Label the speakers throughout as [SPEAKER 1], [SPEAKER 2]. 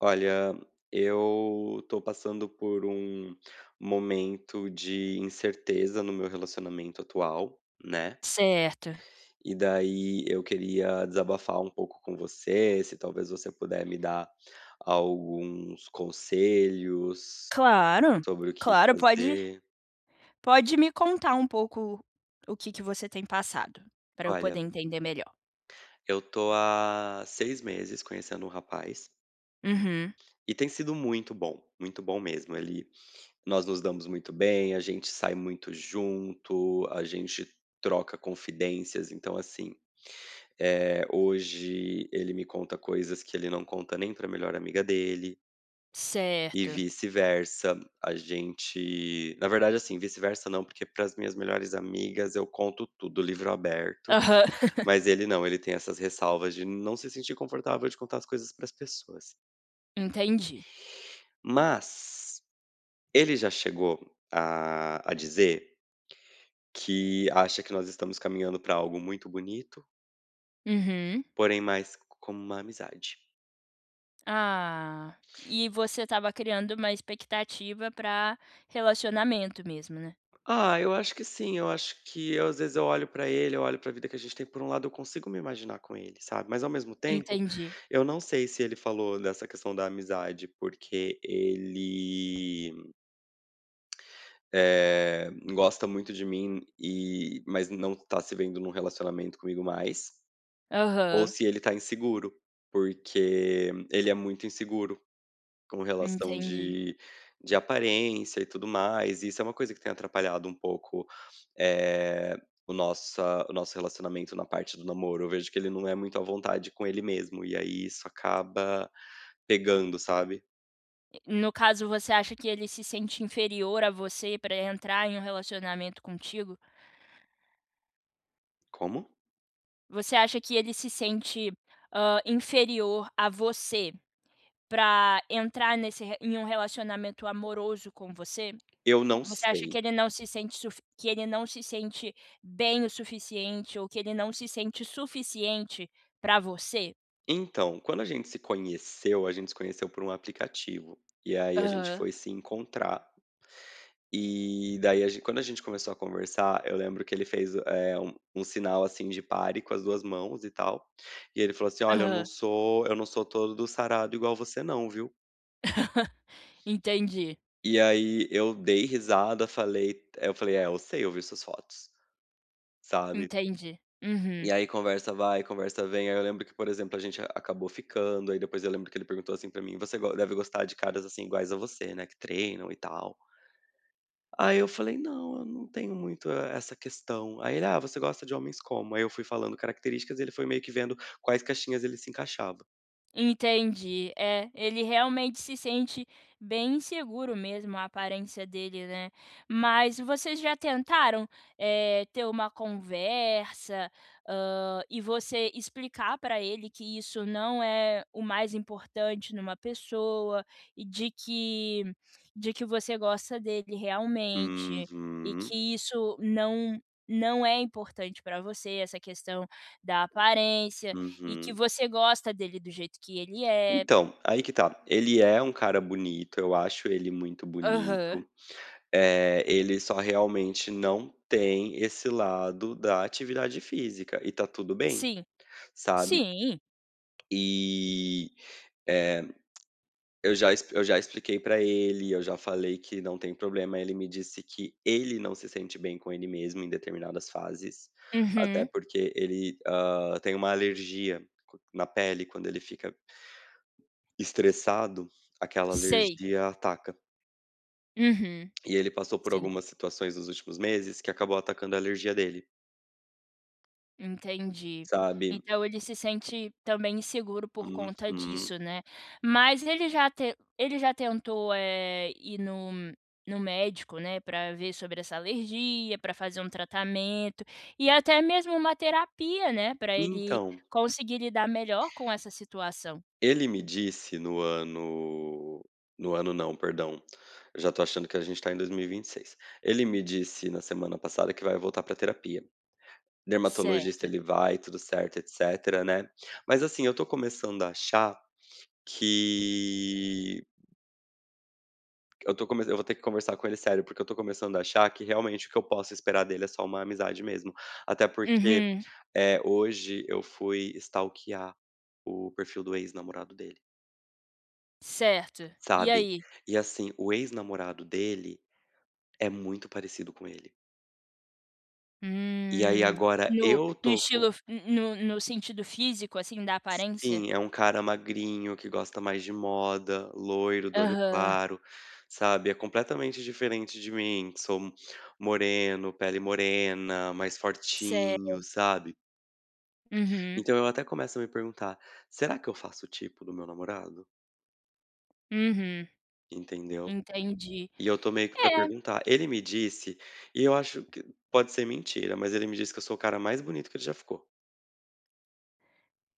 [SPEAKER 1] Olha, eu tô passando por um momento de incerteza no meu relacionamento atual, né?
[SPEAKER 2] Certo.
[SPEAKER 1] E daí eu queria desabafar um pouco com você, se talvez você puder me dar alguns conselhos
[SPEAKER 2] Claro,
[SPEAKER 1] sobre o que
[SPEAKER 2] claro, pode
[SPEAKER 1] fazer.
[SPEAKER 2] pode me contar um pouco o que você tem passado, para eu poder
[SPEAKER 1] Olha,
[SPEAKER 2] entender melhor.
[SPEAKER 1] eu tô há 6 meses conhecendo um rapaz
[SPEAKER 2] Uhum.
[SPEAKER 1] e tem sido muito bom mesmo. Ele Nós nos damos muito bem, a gente sai muito junto, a gente troca confidências. Então, assim, hoje ele me conta coisas que ele não conta nem pra melhor amiga dele e
[SPEAKER 2] Certo.
[SPEAKER 1] vice-versa. A gente, na verdade, assim, vice-versa não, porque para as minhas melhores amigas eu conto tudo, livro aberto,
[SPEAKER 2] Aham.
[SPEAKER 1] mas ele não, ele tem essas ressalvas de não se sentir confortável de contar as coisas para as pessoas.
[SPEAKER 2] Entendi.
[SPEAKER 1] Mas ele já chegou a dizer que acha que nós estamos caminhando para algo muito bonito,
[SPEAKER 2] Uhum.
[SPEAKER 1] porém mais como uma amizade.
[SPEAKER 2] Ah, e você estava criando uma expectativa para relacionamento mesmo, né?
[SPEAKER 1] Ah, eu acho que sim, eu acho que eu, às vezes eu olho pra ele, eu olho pra vida que a gente tem, por um lado eu consigo me imaginar com ele, sabe, mas, ao mesmo tempo,
[SPEAKER 2] Entendi.
[SPEAKER 1] eu não sei se ele falou dessa questão da amizade porque ele, gosta muito de mim e mas não tá se vendo num relacionamento comigo mais, ou
[SPEAKER 2] Aham,
[SPEAKER 1] se ele tá inseguro, porque ele é muito inseguro. Com relação
[SPEAKER 2] entendi.
[SPEAKER 1] de aparência e tudo mais, e isso é uma coisa que tem atrapalhado um pouco, eh, o nosso relacionamento na parte do namoro. Eu vejo que ele não é muito à vontade com ele mesmo, e aí isso acaba pegando, sabe.
[SPEAKER 2] No caso, você acha que ele se sente inferior a você para entrar em um relacionamento contigo?
[SPEAKER 1] Como?
[SPEAKER 2] Você acha que ele se sente, inferior a você para entrar nesse re em um relacionamento amoroso com você?
[SPEAKER 1] Eu não
[SPEAKER 2] Você acha que
[SPEAKER 1] sei.
[SPEAKER 2] ele não se sente suf que ele não se sente bem o suficiente ou que ele não se sente suficiente para você?
[SPEAKER 1] Então, quando a gente se conheceu, a gente se conheceu por um aplicativo, e aí a gente
[SPEAKER 2] Aham,
[SPEAKER 1] foi se encontrar. E daí a gen Quando a gente começou a conversar, eu lembro que ele fez, um sinal, assim, de pare com as 2 mãos e tal, e ele falou assim: "Olha, eu não
[SPEAKER 2] aham.
[SPEAKER 1] sou eu não sou todo sarado igual você não, viu".
[SPEAKER 2] Entendi,
[SPEAKER 1] E aí eu dei risada, falei eu falei: "É, eu sei, eu vi suas fotos", sabe.
[SPEAKER 2] entendi. Uhum.
[SPEAKER 1] E aí conversa vai, conversa vem, aí eu lembro que, por exemplo, a gente acabou ficando, aí depois eu lembro que ele perguntou assim pra mim: "Você go deve gostar de caras, assim, iguais a você, né, que treinam e tal". Aí eu falei: "Não, eu não tenho muito, essa questão". Aí ele: "Ah, você gosta de homens como?". Aí eu fui falando características e ele foi meio que vendo quais caixinhas ele se encaixava.
[SPEAKER 2] Entendi. É, ele realmente se sente bem inseguro mesmo, a aparência dele, né. Mas vocês já tentaram, ter uma conversa, e você explicar para ele que isso não é o mais importante numa pessoa e de que você gosta dele realmente e
[SPEAKER 1] Uhum,
[SPEAKER 2] que isso não é importante para você, essa questão da aparência, e que
[SPEAKER 1] uhum.
[SPEAKER 2] você gosta dele do jeito que ele é.
[SPEAKER 1] Então, aí que tá, ele é um cara bonito, eu acho ele muito
[SPEAKER 2] Aham.
[SPEAKER 1] bonito, ele só realmente não tem esse lado da atividade física e tá tudo bem,
[SPEAKER 2] Sim,
[SPEAKER 1] sabe.
[SPEAKER 2] sim.
[SPEAKER 1] E, eh eu já expliquei pra ele, eu já falei que não tem problema, ele me disse que ele não se sente bem com ele mesmo em determinadas fases, até
[SPEAKER 2] Uhum.
[SPEAKER 1] porque ele, tem uma alergia co na pele, quando ele fica estressado, aquela
[SPEAKER 2] Sei.
[SPEAKER 1] alergia ataca.
[SPEAKER 2] Uhum.
[SPEAKER 1] E ele passou por
[SPEAKER 2] Sim,
[SPEAKER 1] algumas situações nos últimos meses que acabou atacando a alergia dele,
[SPEAKER 2] entendi.
[SPEAKER 1] sabe?
[SPEAKER 2] Então ele se sente também inseguro por conta
[SPEAKER 1] Uhum.
[SPEAKER 2] disso, né. Mas ele já tentou, ir no médico, né, para ver sobre essa alergia, para fazer um tratamento e até mesmo uma terapia, né, para ele
[SPEAKER 1] Então,
[SPEAKER 2] conseguir lidar melhor com essa situação.
[SPEAKER 1] ele me disse no ano, no ano não, perdão, eu já tô achando que a gente tá em dois mil e vinte e seis. Ele me disse na semana passada que vai voltar pra terapia. Dermatologista
[SPEAKER 2] Certo.
[SPEAKER 1] ele vai, tudo certo, etcétera, né. Mas, assim, eu tô começando a achar que eu tô come eu vou ter que conversar com ele sério, porque eu tô começando a achar que realmente o que eu posso esperar dele é só uma amizade mesmo. Até porque,
[SPEAKER 2] Uhum.
[SPEAKER 1] hoje eu fui stalkear o perfil do ex-namorado dele.
[SPEAKER 2] Certo. E
[SPEAKER 1] Sabe?
[SPEAKER 2] aí?
[SPEAKER 1] E, assim, o ex-namorado dele é muito parecido com ele. E aí
[SPEAKER 2] Hum.
[SPEAKER 1] agora
[SPEAKER 2] No
[SPEAKER 1] eu
[SPEAKER 2] no
[SPEAKER 1] tô com
[SPEAKER 2] estilo no sentido físico, assim, da aparência?
[SPEAKER 1] Sim, é um cara magrinho que gosta mais de moda, loiro, do olho
[SPEAKER 2] Aham.
[SPEAKER 1] claro, sabe? É completamente diferente de mim, que sou moreno, pele morena, mais
[SPEAKER 2] Certo.
[SPEAKER 1] fortinho, sabe?
[SPEAKER 2] Uhum,
[SPEAKER 1] Então eu até começo a me perguntar: será que eu faço o tipo do meu namorado?
[SPEAKER 2] uhum.
[SPEAKER 1] Entendeu?
[SPEAKER 2] Entendi.
[SPEAKER 1] E eu tô meio que pra
[SPEAKER 2] É,
[SPEAKER 1] perguntar. Ele me disse, e eu acho que pode ser mentira, mas ele me disse que eu sou o cara mais bonito que ele já ficou.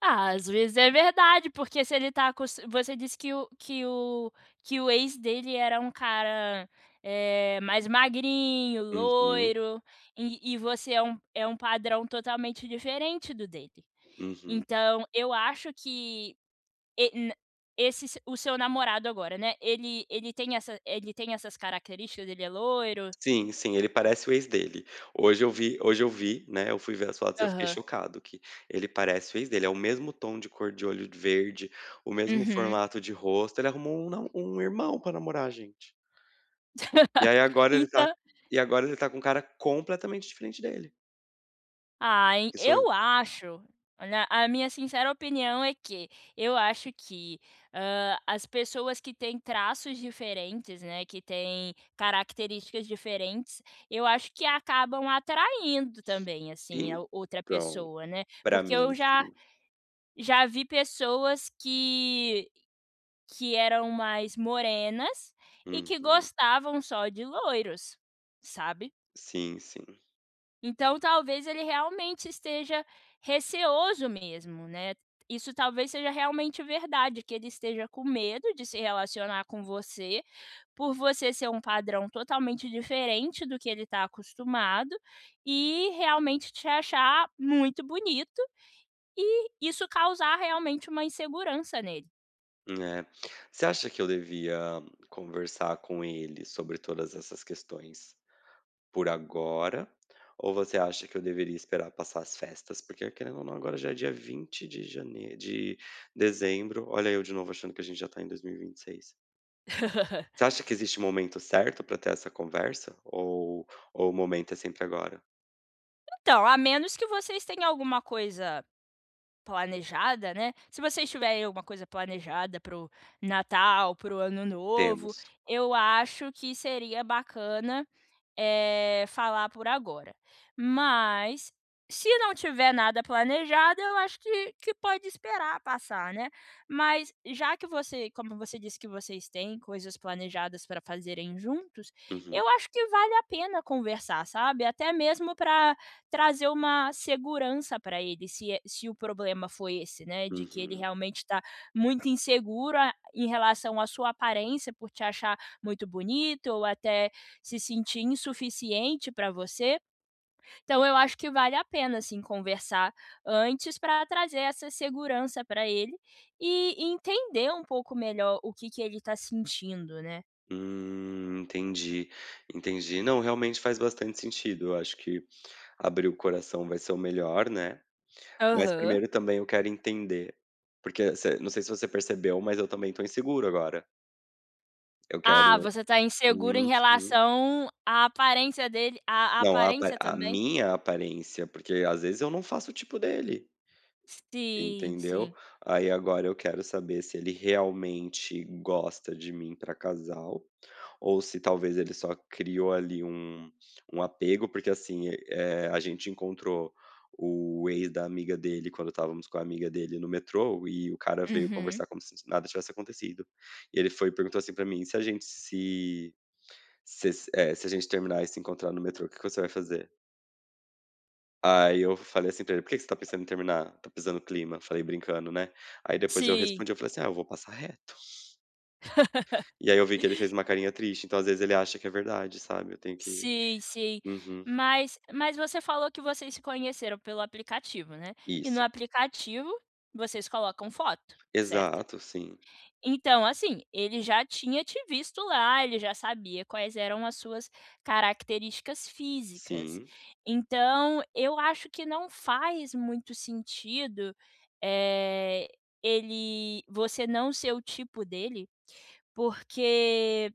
[SPEAKER 2] ah, às vezes é verdade, porque se ele tá acos você disse que o que o que o ex dele era um cara, mais magrinho,
[SPEAKER 1] Uhum,
[SPEAKER 2] loiro, e você é é um padrão totalmente diferente do dele.
[SPEAKER 1] uhum.
[SPEAKER 2] Então eu acho que E n esse s o seu namorado agora, né, ele tem essa ele tem essas características? Ele é loiro?
[SPEAKER 1] Sim, sim, ele parece o ex dele. Hoje eu vi, hoje eu vi, né, eu fui ver as fotos e eu fiquei
[SPEAKER 2] Aham.
[SPEAKER 1] chocado que ele parece o ex dele, é o mesmo tom de cor de olho verde, o mesmo
[SPEAKER 2] Uhum.
[SPEAKER 1] formato de rosto, ele arrumou um na um irmão pra namorar, gente. E aí agora ele tá
[SPEAKER 2] Então
[SPEAKER 1] e agora ele tá com um cara completamente diferente dele,
[SPEAKER 2] ah, en
[SPEAKER 1] que sou eu.
[SPEAKER 2] eu acho, olha, a minha sincera opinião é que eu acho que, as pessoas que têm traços diferentes, né, que têm características diferentes, eu acho que acabam atraindo também, assim, a outra
[SPEAKER 1] Então,
[SPEAKER 2] pessoa, né.
[SPEAKER 1] pra
[SPEAKER 2] Porque
[SPEAKER 1] mim
[SPEAKER 2] eu já
[SPEAKER 1] sim.
[SPEAKER 2] já vi pessoas que eram mais morenas e que
[SPEAKER 1] Uhum.
[SPEAKER 2] gostavam só de loiros, sabe.
[SPEAKER 1] Sim, sim.
[SPEAKER 2] Então talvez ele realmente esteja receoso mesmo, né. Isso talvez seja realmente verdade, que ele esteja com medo de se relacionar com você, por você ser um padrão totalmente diferente do que ele está acostumado, e realmente te achar muito bonito e isso causar realmente uma insegurança nele.
[SPEAKER 1] É. Você acha que eu devia conversar com ele sobre todas essas questões por agora? Ou você acha que eu deveria esperar passar as festas? Porque, querendo ou não, agora já é dia 20 de janeiro, de dezembro. Olha eu de novo achando que a gente já tá em dois mil e vinte e seis. Você acha que existe um momento certo pra ter essa conversa? Ou o momento é sempre agora?
[SPEAKER 2] Então, a menos que vocês tenham alguma coisa planejada, né, se vocês tiverem alguma coisa planejada para o Natal, para o Ano Novo,
[SPEAKER 1] Temos.
[SPEAKER 2] eu acho que seria bacana, falar por agora. Mas, se não tiver nada planejado, eu acho que pode esperar passar, né. Mas já que você como você disse que vocês têm coisas planejadas para fazerem juntos,
[SPEAKER 1] Uhum,
[SPEAKER 2] eu acho que vale a pena conversar, sabe. Até mesmo para trazer uma segurança para ele, se o problema foi esse, né, de que ele
[SPEAKER 1] uhum.
[SPEAKER 2] realmente está muito inseguro a em relação à sua aparência por te achar muito bonito ou até se sentir insuficiente para você. Então eu acho que vale a pena assim conversar antes para trazer essa segurança para ele e entender um pouco melhor o que ele está sentindo, né.
[SPEAKER 1] Entendi, entendi. Não, realmente faz bastante sentido. Eu acho que abrir o coração vai ser o melhor, né, mas
[SPEAKER 2] Aham.
[SPEAKER 1] primeiro também eu quero entender, porque você não sei se você percebeu, mas eu também tô inseguro agora. Eu
[SPEAKER 2] Ah,
[SPEAKER 1] quero.
[SPEAKER 2] você está insegura em
[SPEAKER 1] Uhum.
[SPEAKER 2] relação à
[SPEAKER 1] Não,
[SPEAKER 2] aparência
[SPEAKER 1] a
[SPEAKER 2] também?
[SPEAKER 1] minha aparência, porque às vezes eu não faço o tipo dele.
[SPEAKER 2] Sim,
[SPEAKER 1] Entendeu?
[SPEAKER 2] sim.
[SPEAKER 1] Aí agora eu quero saber se ele realmente gosta de mim para casal, ou se talvez ele só criou ali um apego, porque, assim, a gente encontrou o ex da amiga dele quando estávamos com a amiga dele no metrô, e o cara veio
[SPEAKER 2] Uhum.
[SPEAKER 1] conversar como se nada tivesse acontecido. E ele foi e perguntou assim para mim: Se se a gente terminar e se encontrar no metrô, o que que você vai fazer?" Aí eu falei assim pra ele: "Por que que você tá pensando em terminar? Tá pisando clima". Falei brincando, né. Aí depois eu
[SPEAKER 2] Sim.
[SPEAKER 1] respondi, eu falei assim: "Ah, eu vou passar reto". E aí eu vi que ele fez uma carinha triste, então às vezes ele acha que é verdade, sabe, eu tenho que.
[SPEAKER 2] Sim, sim.
[SPEAKER 1] Uhum,
[SPEAKER 2] Mas você falou que vocês se conheceram pelo aplicativo, né. E no
[SPEAKER 1] isso.
[SPEAKER 2] aplicativo vocês colocam foto, certo?
[SPEAKER 1] Exato, sim,
[SPEAKER 2] Então, assim, ele já tinha te visto lá, ele já sabia quais eram as suas características físicas.
[SPEAKER 1] sim.
[SPEAKER 2] Então, eu acho que não faz muito sentido, eh, ele você não ser o tipo dele, porque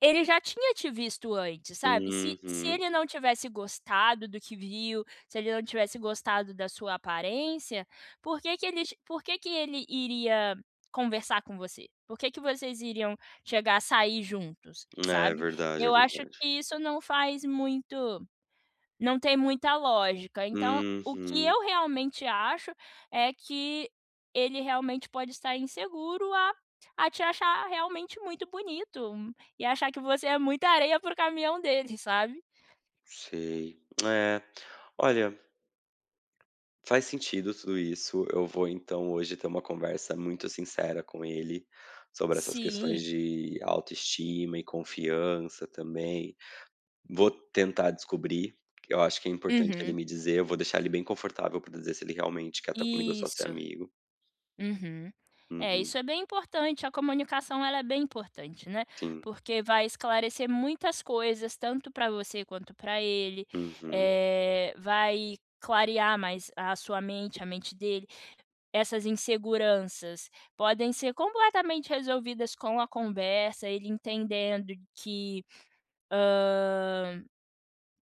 [SPEAKER 2] ele já tinha te visto antes, sabe. Se
[SPEAKER 1] Uhum.
[SPEAKER 2] ele não tivesse gostado do que viu, se ele não tivesse gostado da sua aparência, por que que ele iria conversar com você? Por que que vocês iriam chegar a sair juntos,
[SPEAKER 1] É
[SPEAKER 2] sabe.
[SPEAKER 1] verdade, é
[SPEAKER 2] Eu acho
[SPEAKER 1] verdade.
[SPEAKER 2] que isso não faz muito não tem muita lógica. Então, o que
[SPEAKER 1] Uhum,
[SPEAKER 2] eu realmente acho é que ele realmente pode estar inseguro a te achar realmente muito bonito e achar que você é muita areia para caminhão dele, sabe.
[SPEAKER 1] sei. É, olha, faz sentido tudo isso. Eu vou então hoje ter uma conversa muito sincera com ele sobre essas questões
[SPEAKER 2] Sim.
[SPEAKER 1] de autoestima e confiança também. Vou tentar descobrir. Eu acho que é importante ele
[SPEAKER 2] Uhum.
[SPEAKER 1] me dizer, eu vou deixar ele bem confortável para dizer se ele realmente quer estar comigo ou só ser
[SPEAKER 2] Isso.
[SPEAKER 1] amigo.
[SPEAKER 2] Uhum. É,
[SPEAKER 1] Uhum,
[SPEAKER 2] isso é bem importante, a comunicação ela é bem importante, né,
[SPEAKER 1] sim.
[SPEAKER 2] porque vai esclarecer muitas coisas, tanto para você quanto para ele,
[SPEAKER 1] Uhum,
[SPEAKER 2] vai clarear mais a sua mente, a mente dele. Essas inseguranças podem ser completamente resolvidas com a conversa, ele entendendo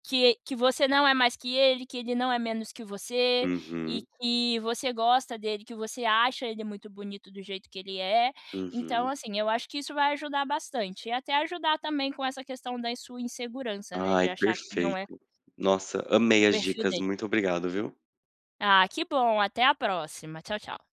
[SPEAKER 2] que você não é mais que ele não é menos que você, e
[SPEAKER 1] uhum,
[SPEAKER 2] que você gosta dele, que você acha ele muito bonito do jeito que ele é. Então,
[SPEAKER 1] uhum.
[SPEAKER 2] assim, eu acho que isso vai ajudar bastante, e até ajudar também com essa questão da sua insegurança, né, de
[SPEAKER 1] Ai,
[SPEAKER 2] achar que não é o
[SPEAKER 1] perfeito. Nossa, amei as
[SPEAKER 2] perfil
[SPEAKER 1] dicas.
[SPEAKER 2] dele.
[SPEAKER 1] Muito obrigado, viu?
[SPEAKER 2] Ah, que bom, até a próxima. Tchau, tchau.